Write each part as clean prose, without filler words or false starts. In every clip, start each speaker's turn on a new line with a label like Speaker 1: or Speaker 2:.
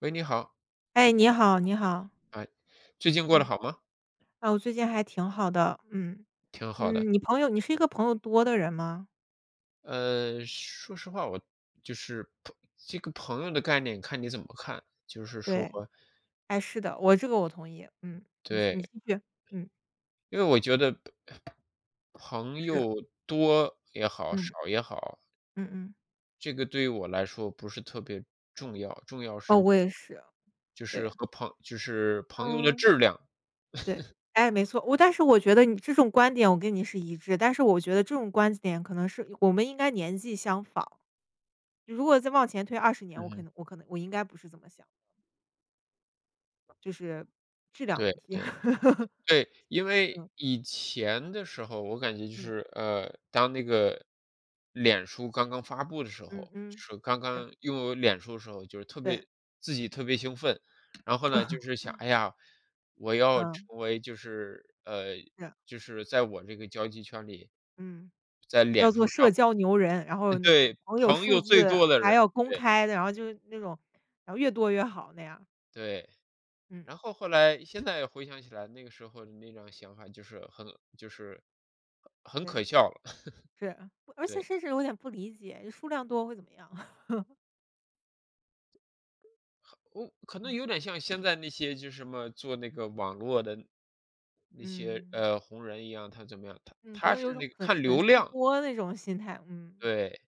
Speaker 1: 喂，你好，
Speaker 2: 哎，你好，你好。
Speaker 1: 啊，最近过得
Speaker 2: 嗯，
Speaker 1: 好吗？
Speaker 2: 啊，我最近还挺好的，嗯。
Speaker 1: 挺好的。
Speaker 2: 嗯，你是一个朋友多的人吗？
Speaker 1: 说实话，我就是朋这个朋友的概念，看你怎么看。就是说，
Speaker 2: 对，哎，是的，我这个我同意，嗯。你
Speaker 1: 对，
Speaker 2: 继续。嗯，
Speaker 1: 因为我觉得朋
Speaker 2: 是，
Speaker 1: 友多也好，少
Speaker 2: 嗯
Speaker 1: 也好，
Speaker 2: 嗯嗯，
Speaker 1: 这个对于我来说不是特别重要，重要
Speaker 2: 哦，
Speaker 1: 是
Speaker 2: 我也是，
Speaker 1: 就是
Speaker 2: 对，
Speaker 1: 和朋就是朋友的
Speaker 2: 嗯，
Speaker 1: 质量。
Speaker 2: 对。哎，没错，但是我觉得你这种观点我跟你是一致，但是我觉得这种观点可能是我们应该年纪相仿，如果再往前推20年，我可
Speaker 1: 嗯，
Speaker 2: 能我可能我应该不是这么想，就是质量
Speaker 1: 对
Speaker 2: 问题。
Speaker 1: 对。对，因为
Speaker 2: 嗯
Speaker 1: 以前的时候，我感觉就
Speaker 2: 嗯
Speaker 1: 是，当那个脸书刚刚发布的时
Speaker 2: 嗯
Speaker 1: 候，就
Speaker 2: 嗯，
Speaker 1: 是刚
Speaker 2: 是。
Speaker 1: 刚拥有脸书的时候，就是特
Speaker 2: 对，
Speaker 1: 别自己特别兴奋。然后呢，就是 想，哎呀，我要
Speaker 2: 嗯，
Speaker 1: 成为
Speaker 2: 是，
Speaker 1: 就是在我这个交际圈里，
Speaker 2: 嗯，
Speaker 1: 在
Speaker 2: 要
Speaker 1: 脸书
Speaker 2: 做社
Speaker 1: 上，
Speaker 2: 交牛人，然后那种
Speaker 1: 对，
Speaker 2: 朋友
Speaker 1: 朋
Speaker 2: 数
Speaker 1: 友最
Speaker 2: 字
Speaker 1: 多的
Speaker 2: 还
Speaker 1: 人，
Speaker 2: 要公
Speaker 1: 对。
Speaker 2: 开的，然后就是那种，然后越多越好那样。
Speaker 1: 对。
Speaker 2: 嗯，
Speaker 1: 然后后来现在回想起来，那个时候的那种想法就是很
Speaker 2: 对，
Speaker 1: 可笑了。
Speaker 2: 是，不而且
Speaker 1: 对，
Speaker 2: 甚至有点不理解，数量多会怎么样？
Speaker 1: 我可能
Speaker 2: 嗯
Speaker 1: 有点像现在那些就是什么做那个网络的那些
Speaker 2: 嗯
Speaker 1: 红人一样。他怎么样？他
Speaker 2: 嗯，可
Speaker 1: 他
Speaker 2: 能
Speaker 1: 是
Speaker 2: 有种
Speaker 1: 那个
Speaker 2: 粉
Speaker 1: 看
Speaker 2: 粉
Speaker 1: 流
Speaker 2: 丝
Speaker 1: 量。
Speaker 2: 多那种心态，嗯，
Speaker 1: 对，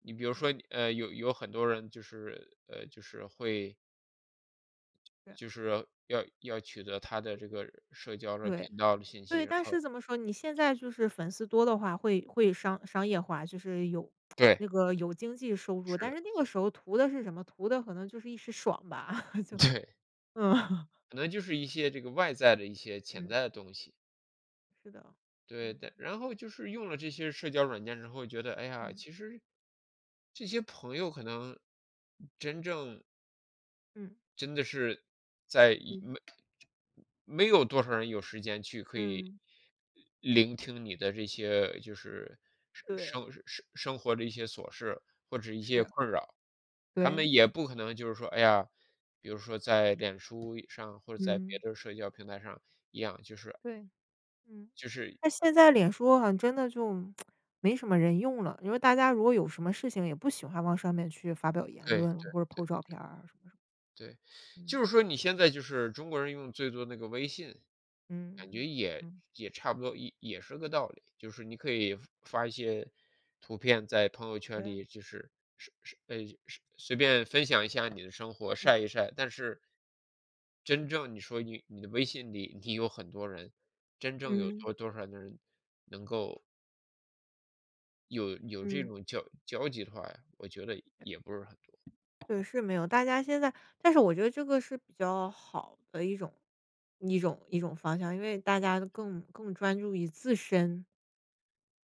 Speaker 1: 你比如
Speaker 2: 对，
Speaker 1: 说你有很多人就是会
Speaker 2: 对，
Speaker 1: 就是要取得他的
Speaker 2: 也
Speaker 1: 这个社交的频
Speaker 2: 对。
Speaker 1: 道的信息。
Speaker 2: 对，
Speaker 1: 然
Speaker 2: 但
Speaker 1: 后
Speaker 2: 是怎么说，你现在就是粉丝多的话会商业化，就是有
Speaker 1: 对，
Speaker 2: 那个有经济收入，
Speaker 1: 是
Speaker 2: 但
Speaker 1: 的，
Speaker 2: 是那个时候图的是什么？图的可能就是一时爽吧。就
Speaker 1: 对，
Speaker 2: 嗯
Speaker 1: 可能就是一些这个外在的一些潜
Speaker 2: 嗯，
Speaker 1: 在的东西。
Speaker 2: 是的，
Speaker 1: 对
Speaker 2: 嗯
Speaker 1: 的，然后就是用了这些社交软件之后，觉得哎呀，
Speaker 2: 嗯
Speaker 1: 其实这些朋友可能真正
Speaker 2: 嗯
Speaker 1: 真的是在一
Speaker 2: 嗯
Speaker 1: 没没有多少人有时间去可以
Speaker 2: 嗯，
Speaker 1: 聆听你的这些就是生
Speaker 2: 对，
Speaker 1: 生生生活的一些琐事或者一些
Speaker 2: 是，
Speaker 1: 困扰。他
Speaker 2: 对，
Speaker 1: 们也不可能就是说，哎呀，比如说在脸书上或者在别
Speaker 2: 嗯
Speaker 1: 的社交平台上一样，就是
Speaker 2: 对，嗯。
Speaker 1: 就是
Speaker 2: 那现在脸书好像真的就没什么人用了，因为大家如果有什么事情，也不喜欢往上面去发表言
Speaker 1: 对
Speaker 2: 论啊
Speaker 1: 对
Speaker 2: 或者
Speaker 1: 对。
Speaker 2: po 照片儿啊什么什
Speaker 1: 对，
Speaker 2: 么。嗯
Speaker 1: 就是说你现在就是中国人用最多那个微信，感觉
Speaker 2: 嗯
Speaker 1: 也
Speaker 2: 嗯，
Speaker 1: 也差不多，也是个道理。就是你可以发一些图片在朋友圈
Speaker 2: 对。
Speaker 1: 里，就是是是呃是随便分享一下你的生活，
Speaker 2: 嗯
Speaker 1: 晒一晒。但是真正你说你的微信里，你有很多人，真正有
Speaker 2: 嗯
Speaker 1: 少的人能够有这
Speaker 2: 嗯，
Speaker 1: 种交集的话，我觉得也不是很多，
Speaker 2: 对，是没有。大家现在但是我觉得这个是比较好的一种方向，因为大家更专注于自身，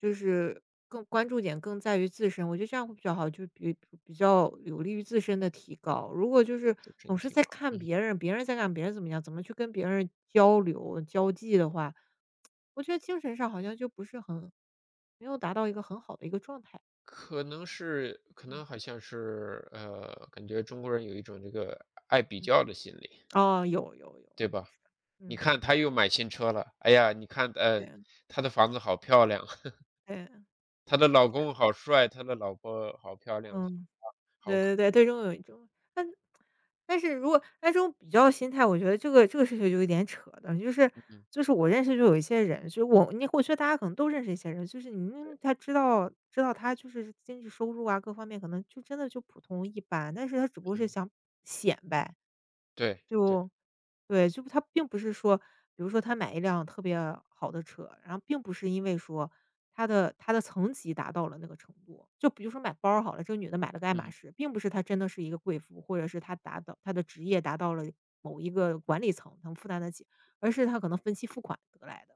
Speaker 2: 就是更关注点更在于自身，我觉得这样会比较好，就比较有利于自身的提高。如果就是
Speaker 1: 这整
Speaker 2: 总是
Speaker 1: 体
Speaker 2: 在
Speaker 1: 吧。
Speaker 2: 看
Speaker 1: 嗯。
Speaker 2: 别人，别人在干，别人怎么样，怎么去跟别人交流交际的话，我觉得精神上好像就不是很没有达到一个很好的一个状态。
Speaker 1: 可能
Speaker 2: 嗯
Speaker 1: 好像是，感觉中国人有一种这个爱比
Speaker 2: 嗯，
Speaker 1: 较的心理，
Speaker 2: 哦，有有有。
Speaker 1: 对吧？你
Speaker 2: 嗯，
Speaker 1: 看他又买新车了，哎呀，你看，
Speaker 2: 对
Speaker 1: 他的房子好漂亮，
Speaker 2: 对，
Speaker 1: 她的老
Speaker 2: 是。
Speaker 1: 公好帅，他的老婆好漂亮，
Speaker 2: 嗯，
Speaker 1: 好可
Speaker 2: 对对对，最终有一种但是如果那种比较心态，我觉得这个事情就有点扯的，就是
Speaker 1: 嗯，
Speaker 2: 就是我认识就有一些人，就是我觉得大家可能都认识一些人，就是你明
Speaker 1: 对，
Speaker 2: 明他知道他就是经济收入啊各方面可能就真的就普通一般，但是他只不过是
Speaker 1: 嗯，
Speaker 2: 想显摆，
Speaker 1: 对，对，
Speaker 2: 就对，就他并不是说，比如说他买一辆特别好的车，然后并不是因为说他的层级达到了那个程度。就比如说买包儿好了，这个女的买了个爱
Speaker 1: 嗯
Speaker 2: 马
Speaker 1: 哼。
Speaker 2: 仕，并不是她真的是一个贵妇，或者是她的职业达到了某一个管理层，能负担得起，而是她可能分期付款得来的。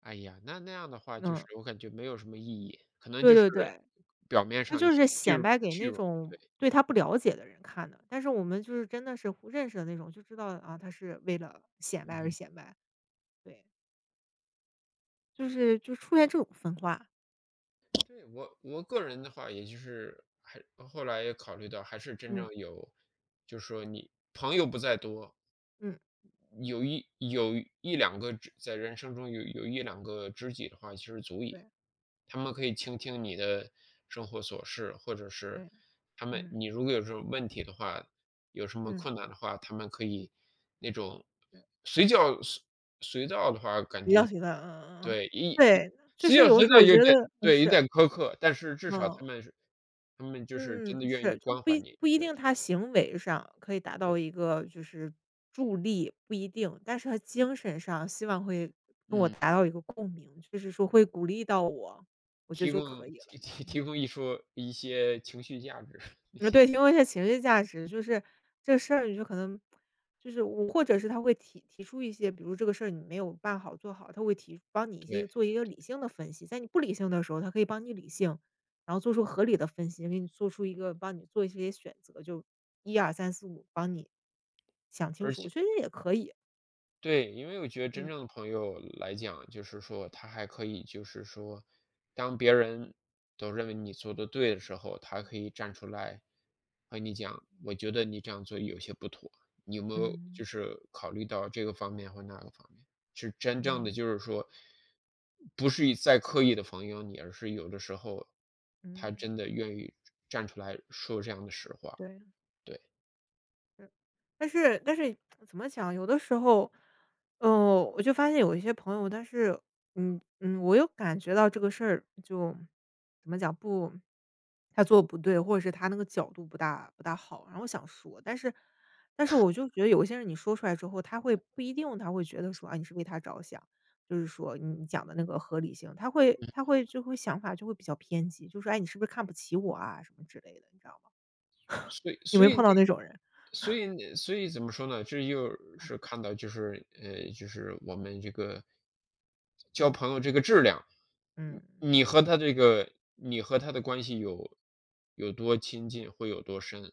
Speaker 1: 哎呀，那样的话就是
Speaker 2: 嗯，
Speaker 1: 我感觉没有什么意义，可能
Speaker 2: 对
Speaker 1: 就是
Speaker 2: 对对，
Speaker 1: 表面
Speaker 2: 她
Speaker 1: 上一
Speaker 2: 就
Speaker 1: 些
Speaker 2: 是
Speaker 1: 虚
Speaker 2: 显
Speaker 1: 荣
Speaker 2: 摆给
Speaker 1: 虚
Speaker 2: 那
Speaker 1: 荣，
Speaker 2: 种
Speaker 1: 对，
Speaker 2: 对她不了解的人看的。但是我们就是真的是互认识的那种，就知道啊，她是为了显
Speaker 1: 嗯
Speaker 2: 摆而
Speaker 1: 哼。
Speaker 2: 显摆，对。就出现这种分化。
Speaker 1: 对，我个人的话，也就是还后来也考虑到，还是真正
Speaker 2: 嗯。
Speaker 1: 有，就是说你朋友不在多，
Speaker 2: 嗯，
Speaker 1: 有一有一两个知在人生中有一两个知己的话，其实足以。
Speaker 2: 对，
Speaker 1: 他们可以倾听你的生活琐事，或者是
Speaker 2: 对，嗯，
Speaker 1: 你如果有什么问题的话，有什么
Speaker 2: 嗯，
Speaker 1: 困难的话，他们可以那种
Speaker 2: 对，
Speaker 1: 随叫随到的话，感
Speaker 2: 比
Speaker 1: 觉
Speaker 2: 较喜欢，嗯嗯嗯。
Speaker 1: 对一
Speaker 2: 对，就
Speaker 1: 随
Speaker 2: 是
Speaker 1: 叫
Speaker 2: 有
Speaker 1: 随
Speaker 2: 时候
Speaker 1: 到
Speaker 2: 我
Speaker 1: 有
Speaker 2: 觉
Speaker 1: 点。
Speaker 2: 得不
Speaker 1: 对，有
Speaker 2: 是。
Speaker 1: 点苛刻，但是至少
Speaker 2: 嗯，
Speaker 1: 他们就是
Speaker 2: 嗯
Speaker 1: 真
Speaker 2: 嗯，
Speaker 1: 的愿意
Speaker 2: 是，就
Speaker 1: 关怀你，
Speaker 2: 不一
Speaker 1: 对，
Speaker 2: 定他行为上可以达到
Speaker 1: 对，
Speaker 2: 一个就是助力，不一定，但是他精神上希望会跟我
Speaker 1: 嗯，
Speaker 2: 达到一个共鸣，就是说会鼓励到我，我觉得
Speaker 1: 提
Speaker 2: 就
Speaker 1: 供
Speaker 2: 可以了。
Speaker 1: 提提提
Speaker 2: 嗯。
Speaker 1: 供一说一些情绪价值，
Speaker 2: 呃，对，提供一些情绪价值，就是这事儿你就可能就是我或者是他会提出一些，比如这个事儿你没有做好，他会帮你一
Speaker 1: 对，
Speaker 2: 些做一个理性的分析，在你不理性的时候，他可以帮你理性，然后做出合理的分析，给你做出一个帮你做一些选择，就一二三四五，帮你想清
Speaker 1: 而
Speaker 2: 楚，我
Speaker 1: 且
Speaker 2: 觉得也可以。
Speaker 1: 对，因为我觉得真
Speaker 2: 嗯。
Speaker 1: 正的朋友来讲，就是说他还可以，就是说，当别人都认为你做的对的时候，他可以站出来和你讲，我觉得你这样做有些不妥，你有没有就
Speaker 2: 嗯
Speaker 1: 是考虑到这个方面或那个方面？是真正的
Speaker 2: 嗯
Speaker 1: 就是说，不是在刻意的防友你，而是有的时候他
Speaker 2: 嗯，
Speaker 1: 真的愿意站出来说这样的实话，
Speaker 2: 对。
Speaker 1: 对。
Speaker 2: 嗯，但是怎么讲，有的时候，嗯，我就发现有一些朋友，但是，嗯嗯，我又感觉到这个事儿就怎么讲不，他做得不对，或者是他那个角度不大好，然后我想说，但是我就觉得有些人你说出来之后，不一定他会觉得说啊你是为他着想，就是说你讲的那个合理性，他会想法就会比较偏激，就说哎你是不是看不起我啊什么之类的，你知道吗？
Speaker 1: 所以
Speaker 2: 有没
Speaker 1: 所
Speaker 2: 有
Speaker 1: 以那
Speaker 2: 碰到那种人？
Speaker 1: 所以怎么说呢？这又是看到就是就是我们这个交
Speaker 2: 嗯
Speaker 1: 朋友这个质量，你
Speaker 2: 嗯。
Speaker 1: 你和他这个你和他的关系有多亲近，会有多深。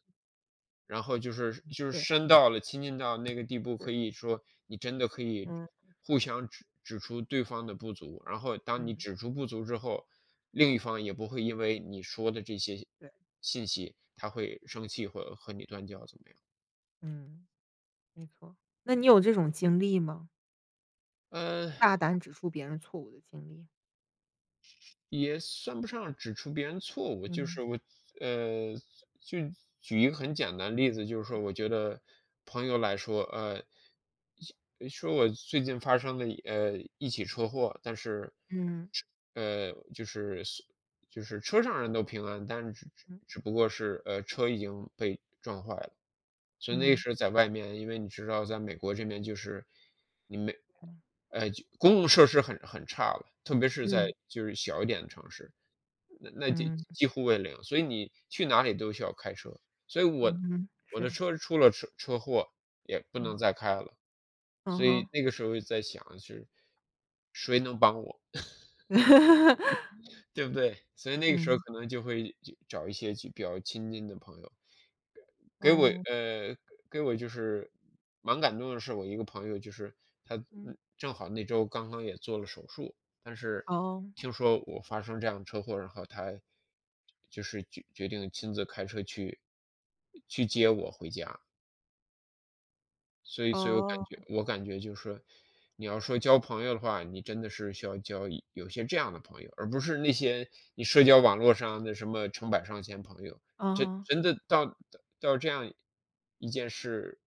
Speaker 1: 然后就是就是
Speaker 2: 对，
Speaker 1: 深到了亲近到那个地步，
Speaker 2: 是，
Speaker 1: 可以说你真的可以
Speaker 2: 嗯
Speaker 1: 互相指出对方的不足，然后当你
Speaker 2: 嗯，
Speaker 1: 指出不足之后，另一方也不会因为你说的这些
Speaker 2: 对，
Speaker 1: 信息，他会生气或和你断交怎么样？
Speaker 2: 嗯，没错。那
Speaker 1: 对，
Speaker 2: 你有这种经历吗？
Speaker 1: 嗯。
Speaker 2: 大胆指出别人错误的经历？
Speaker 1: 也算不上指出别人错误，就是
Speaker 2: 嗯
Speaker 1: 我，呃，就举一个很简单的例子，就是说，我觉得朋友来说，说我最近发生了一起车祸，但是，
Speaker 2: 嗯
Speaker 1: 呃，就是就是车上人都平安，但是只只
Speaker 2: 嗯
Speaker 1: 只不过是车已经被撞坏了。所以那个
Speaker 2: 嗯
Speaker 1: 时候在外面，因为你知道，在美国这边就是你没呃，就公共设施很差了，特别是在
Speaker 2: 嗯
Speaker 1: 就是小一点的城市，那那几
Speaker 2: 嗯
Speaker 1: 几乎为零，所以你去哪里都需要开车。所以我
Speaker 2: 嗯哼，
Speaker 1: 我
Speaker 2: 是，
Speaker 1: 的车出了车祸，也不
Speaker 2: 嗯，
Speaker 1: 能再开了，
Speaker 2: 嗯
Speaker 1: 所以
Speaker 2: 哼，
Speaker 1: 那个时候在想是谁能帮我，对不对？所以那个时候
Speaker 2: 嗯，
Speaker 1: 可能就会找一些就比较亲近的朋友。给我
Speaker 2: 哦，
Speaker 1: 呃，给我就是蛮感动的是，我一个朋友就是他，
Speaker 2: 嗯，
Speaker 1: 嗯，正好那周刚刚也做了手术，但是
Speaker 2: 哦
Speaker 1: 听说我发生这样车祸，然后他就是决定亲自开车去接我回家。所以我感
Speaker 2: 哦，
Speaker 1: 觉我感觉就是，说，你要说交朋友的话，你真的是需要交有些这样的朋友，而不是那些你社交网络上的什么成百上千朋友，
Speaker 2: 嗯
Speaker 1: 真
Speaker 2: 哼，
Speaker 1: 真的到这样一件事，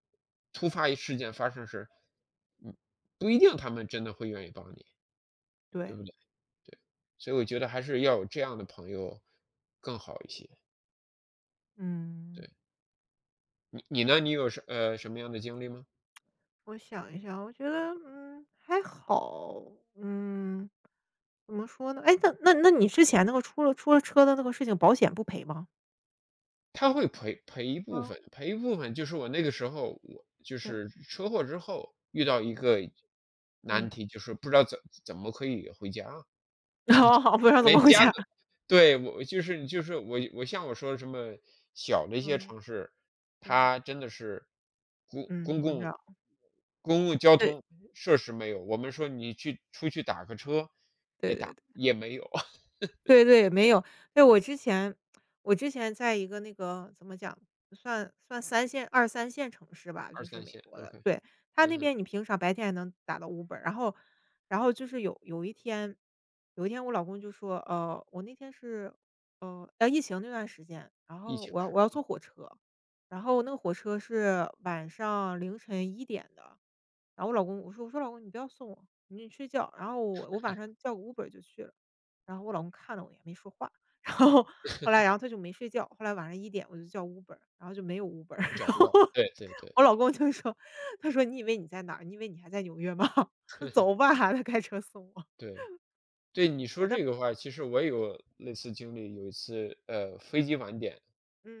Speaker 1: 突发事件发生时，嗯，不一定他们真的会愿意帮你，对
Speaker 2: 对，
Speaker 1: 不对？对，所以我觉得还是要有这样的朋友更好一些，
Speaker 2: 嗯，
Speaker 1: 对。你呢？你有什么样的经历吗？
Speaker 2: 我想一下，我觉得，嗯，还好，嗯，怎么说呢？哎，那你之前那个出了车的那个事情，保险不赔吗？
Speaker 1: 他会赔一部分，赔一部分就是我那个时候，我就
Speaker 2: 对，
Speaker 1: 是车祸之后遇到一个难
Speaker 2: 嗯，
Speaker 1: 题，就是不知道怎么可以回家，
Speaker 2: 哦，不知道怎
Speaker 1: 连
Speaker 2: 么回
Speaker 1: 家
Speaker 2: 家。
Speaker 1: 的。对，我就是像我说什么小的一些
Speaker 2: 嗯，
Speaker 1: 城市，
Speaker 2: 对，
Speaker 1: 它真的是公
Speaker 2: 嗯，
Speaker 1: 公
Speaker 2: 我知
Speaker 1: 共
Speaker 2: 道，
Speaker 1: 公共交
Speaker 2: 对，
Speaker 1: 通设施没有，我们说你去出去打个车
Speaker 2: 对对对。
Speaker 1: 也没有，
Speaker 2: 对对，没有。对，我之前在一个那个怎么讲，算二三线城市吧，
Speaker 1: 二
Speaker 2: 就是
Speaker 1: 三
Speaker 2: 美
Speaker 1: 线
Speaker 2: 国的。
Speaker 1: ，OK,
Speaker 2: 对，他
Speaker 1: 嗯
Speaker 2: 那
Speaker 1: 哼，
Speaker 2: 边你平常白天还能打到 Uber，然后就是有一天我老公就说，呃，我那天是，疫情那段时间，然
Speaker 1: 疫
Speaker 2: 后
Speaker 1: 情
Speaker 2: 我
Speaker 1: 是
Speaker 2: 要坐火车，然后那个火车是晚上凌晨一点的。然后我老公我说：“老公，你不要送我，你去睡觉。"然后我晚上叫个 Uber 就去了。然后我老公看了我也没说话，然后后来他就没睡觉，后来晚上一点我就叫五本 e 然后就没有五本 e。
Speaker 1: 找
Speaker 2: 然
Speaker 1: 不
Speaker 2: 后
Speaker 1: 到，对对对
Speaker 2: 我老公就说，他说："你以为你在哪儿？你以为你还在纽约吗？那走吧！"他开车送我。
Speaker 1: 对。对，你说这个话，其实我也有类似经历。有一次，飞机晚点，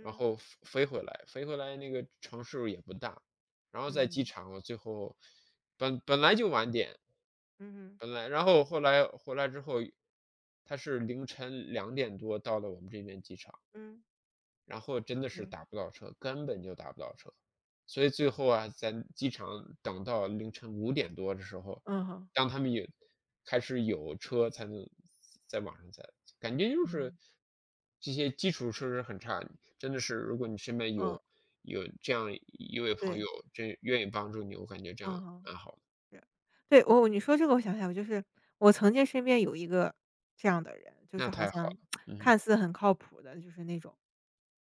Speaker 1: 然后飞回来，飞回来那个城市也不大，然后在机
Speaker 2: 嗯，
Speaker 1: 场，我最后本来就晚点，
Speaker 2: 嗯
Speaker 1: 本来，然后后来回来之后，他是凌晨2点多到了我们这边机场。
Speaker 2: 嗯，
Speaker 1: 然后真的是
Speaker 2: 对。
Speaker 1: 打不到车，根本就打不到车。所以最
Speaker 2: 是。
Speaker 1: 后啊，在机场等到凌晨5点多的时候，
Speaker 2: 嗯
Speaker 1: 当他们有开始有车才能在网上才感觉就
Speaker 2: 哼
Speaker 1: 是
Speaker 2: 嗯。
Speaker 1: 这些基础设施很差，真的是如果你身边有
Speaker 2: 嗯，
Speaker 1: 有这样一位朋友，
Speaker 2: 对，
Speaker 1: 真愿意帮助你，我感觉这
Speaker 2: 嗯
Speaker 1: 样
Speaker 2: 哼。
Speaker 1: 蛮好的，
Speaker 2: 是，对，你说这个我想想，来我就是我曾经身边有一个这样的人，就
Speaker 1: 那
Speaker 2: 是好
Speaker 1: 太好
Speaker 2: 像
Speaker 1: 了。嗯。
Speaker 2: 看似很靠谱的，就是那种。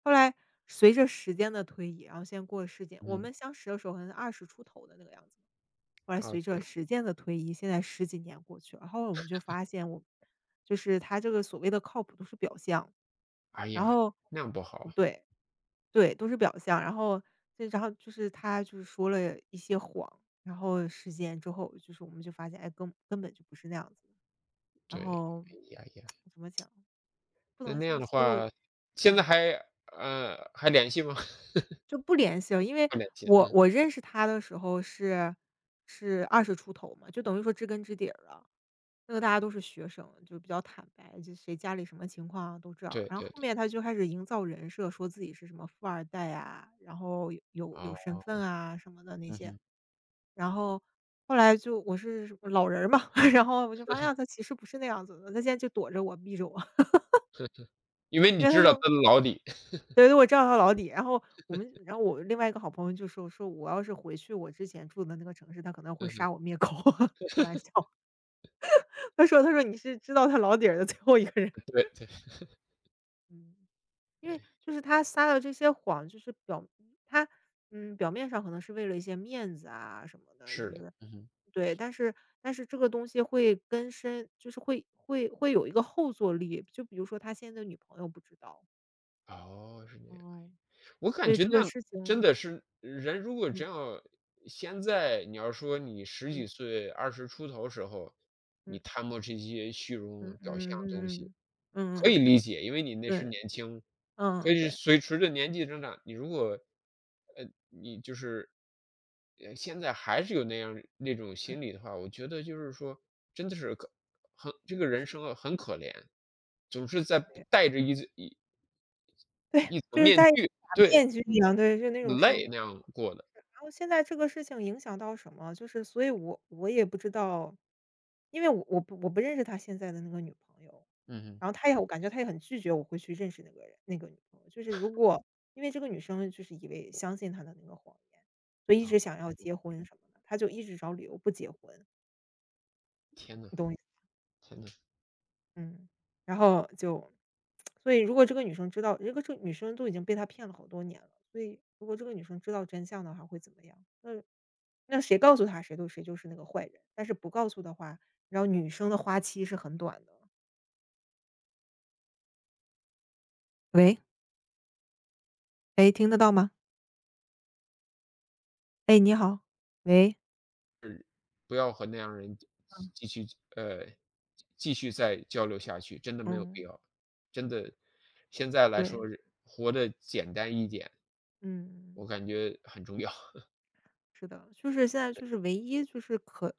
Speaker 2: 后来随着时间的推移，然后现在过了十几几我
Speaker 1: 嗯。
Speaker 2: 们相识的时候可能二十出头的那个样子。后来
Speaker 1: 啊，
Speaker 2: 随
Speaker 1: 这
Speaker 2: 着
Speaker 1: 样。
Speaker 2: 时间的推移，现在十几年过去了，后来我们就发现就是他这个所谓的靠谱都是表象。
Speaker 1: 哎
Speaker 2: 然
Speaker 1: 呀，
Speaker 2: 后
Speaker 1: 那样不好。
Speaker 2: 嗯对，对，都是表象。然后对，然后就是他就是说了一些谎，然后实践之后，就是我们就发现，哎，根本就不是那样子的。然
Speaker 1: 对。
Speaker 2: 后
Speaker 1: 哎呀哎呀。
Speaker 2: 怎么讲，不
Speaker 1: 那
Speaker 2: 能
Speaker 1: 那样
Speaker 2: 去
Speaker 1: 的
Speaker 2: 泄露。
Speaker 1: 话，现在
Speaker 2: 嗯，
Speaker 1: 还联系吗？
Speaker 2: 就不联系了。因为
Speaker 1: 不联系，嗯。
Speaker 2: 我认识他的时候是二十出头嘛，就等于说知根知底儿了。那个大家都是学生，就比较坦白，就谁家里什么情况啊都知道。
Speaker 1: 对
Speaker 2: 然后
Speaker 1: 对
Speaker 2: 后
Speaker 1: 对。
Speaker 2: 面他就开始营造人设，说自己是什么富二代啊，然后有
Speaker 1: 哦。
Speaker 2: 身份啊什么的那
Speaker 1: 嗯
Speaker 2: 些。
Speaker 1: 哼。
Speaker 2: 然后后来就我是老人儿嘛，然后我就发现啊他其实不是那样子的，他现在就躲着我、避着我。
Speaker 1: 因为你
Speaker 2: 因为他
Speaker 1: 知道他
Speaker 2: 就
Speaker 1: 的老底，
Speaker 2: 对对，我知道他老底。然后我另外一个好朋友就说我要是回去我之前住的那个城市，他可能
Speaker 1: 嗯
Speaker 2: 会
Speaker 1: 哼。
Speaker 2: 杀我灭口，开玩笑。他说你是知道他老底儿的最后一个人。
Speaker 1: 对对。
Speaker 2: 嗯，因为
Speaker 1: 哎，
Speaker 2: 就是他撒的这些谎，就是表他嗯，表面上可能是为了一些面子啊什么的，
Speaker 1: 是
Speaker 2: 就
Speaker 1: 的。
Speaker 2: 是
Speaker 1: 嗯哼。
Speaker 2: 对，但是这个东西会根深，就是会有一个后坐力，就比如说他现在的女朋友不知道。
Speaker 1: 哦，是那样。
Speaker 2: 嗯，
Speaker 1: 我
Speaker 2: 所
Speaker 1: 感
Speaker 2: 以
Speaker 1: 觉
Speaker 2: 这
Speaker 1: 那
Speaker 2: 个
Speaker 1: 样
Speaker 2: 事
Speaker 1: 真
Speaker 2: 情，
Speaker 1: 的是人如果
Speaker 2: 嗯
Speaker 1: 真要现在你要说你十几
Speaker 2: 嗯
Speaker 1: 岁、20出头时候，你
Speaker 2: 嗯
Speaker 1: 贪慕这些虚
Speaker 2: 嗯
Speaker 1: 荣表象的东西，
Speaker 2: 嗯嗯
Speaker 1: 可以
Speaker 2: 嗯，
Speaker 1: 理解，因为你那时
Speaker 2: 对，
Speaker 1: 年轻。可
Speaker 2: 嗯
Speaker 1: 以
Speaker 2: 对，
Speaker 1: 随着年纪增长，你如果，你就是，现在还是有那样那种
Speaker 2: 嗯，
Speaker 1: 心理的话，我觉得就是说真的是很这个人
Speaker 2: 是，
Speaker 1: 生啊很可怜，总是在
Speaker 2: 对，
Speaker 1: 戴着
Speaker 2: 对，
Speaker 1: 一层
Speaker 2: 就是
Speaker 1: 面
Speaker 2: 在假
Speaker 1: 具。对，
Speaker 2: 面具一样，对，就那
Speaker 1: 很
Speaker 2: 种生
Speaker 1: 累，
Speaker 2: 活。
Speaker 1: 那样过的。
Speaker 2: 然后现在这个事情影响到什么，就是所以我也不知道，因为我不认识他现在的那个女朋友，
Speaker 1: 嗯哼。
Speaker 2: 然后我感觉他也很拒绝我会去认识那个人那个女朋友，就是如果因为这个女生就是相信他的那个谎言，所以一
Speaker 1: 啊，
Speaker 2: 直想要结婚什么的，他就一直找理由不结婚，
Speaker 1: 天呐，
Speaker 2: 你懂我意思。
Speaker 1: 天呐，
Speaker 2: 嗯，然后就所以如果这个女生知道，这个女生都已经被他骗了好多年了，所以如果这个女生知道真相的话会怎么样？那谁告诉他谁就是那个坏人，但是不告诉的话，然后女生的花期是很短的。喂，哎，听得到吗？哎，你好，喂。
Speaker 1: 不要和那样人继续呃，继续再交流下去，真的没有必
Speaker 2: 嗯，
Speaker 1: 要。真的，现在来
Speaker 2: 对，
Speaker 1: 说人活得简单一点，我
Speaker 2: 嗯，
Speaker 1: 感觉很重要。
Speaker 2: 是的，就是现在就是唯一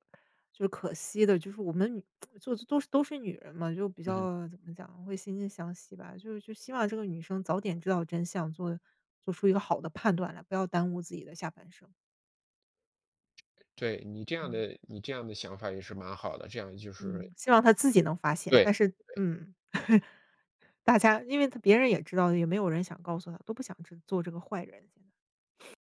Speaker 2: 就是可惜的，就是我们女 就都是女人嘛，就比
Speaker 1: 嗯哼。
Speaker 2: 较怎么讲，会惺惺相惜吧，就希望这个女生早点知道真相，做出一个好的判断来，不要耽误自己的下半生。
Speaker 1: 对，
Speaker 2: 嗯
Speaker 1: 你这样的想法也是蛮好的，这样就是，
Speaker 2: 嗯，希望她自己能发现，
Speaker 1: 对。
Speaker 2: 但是嗯。大家因为他别人也知道，也没有人想告诉他，都不想去做这个坏人。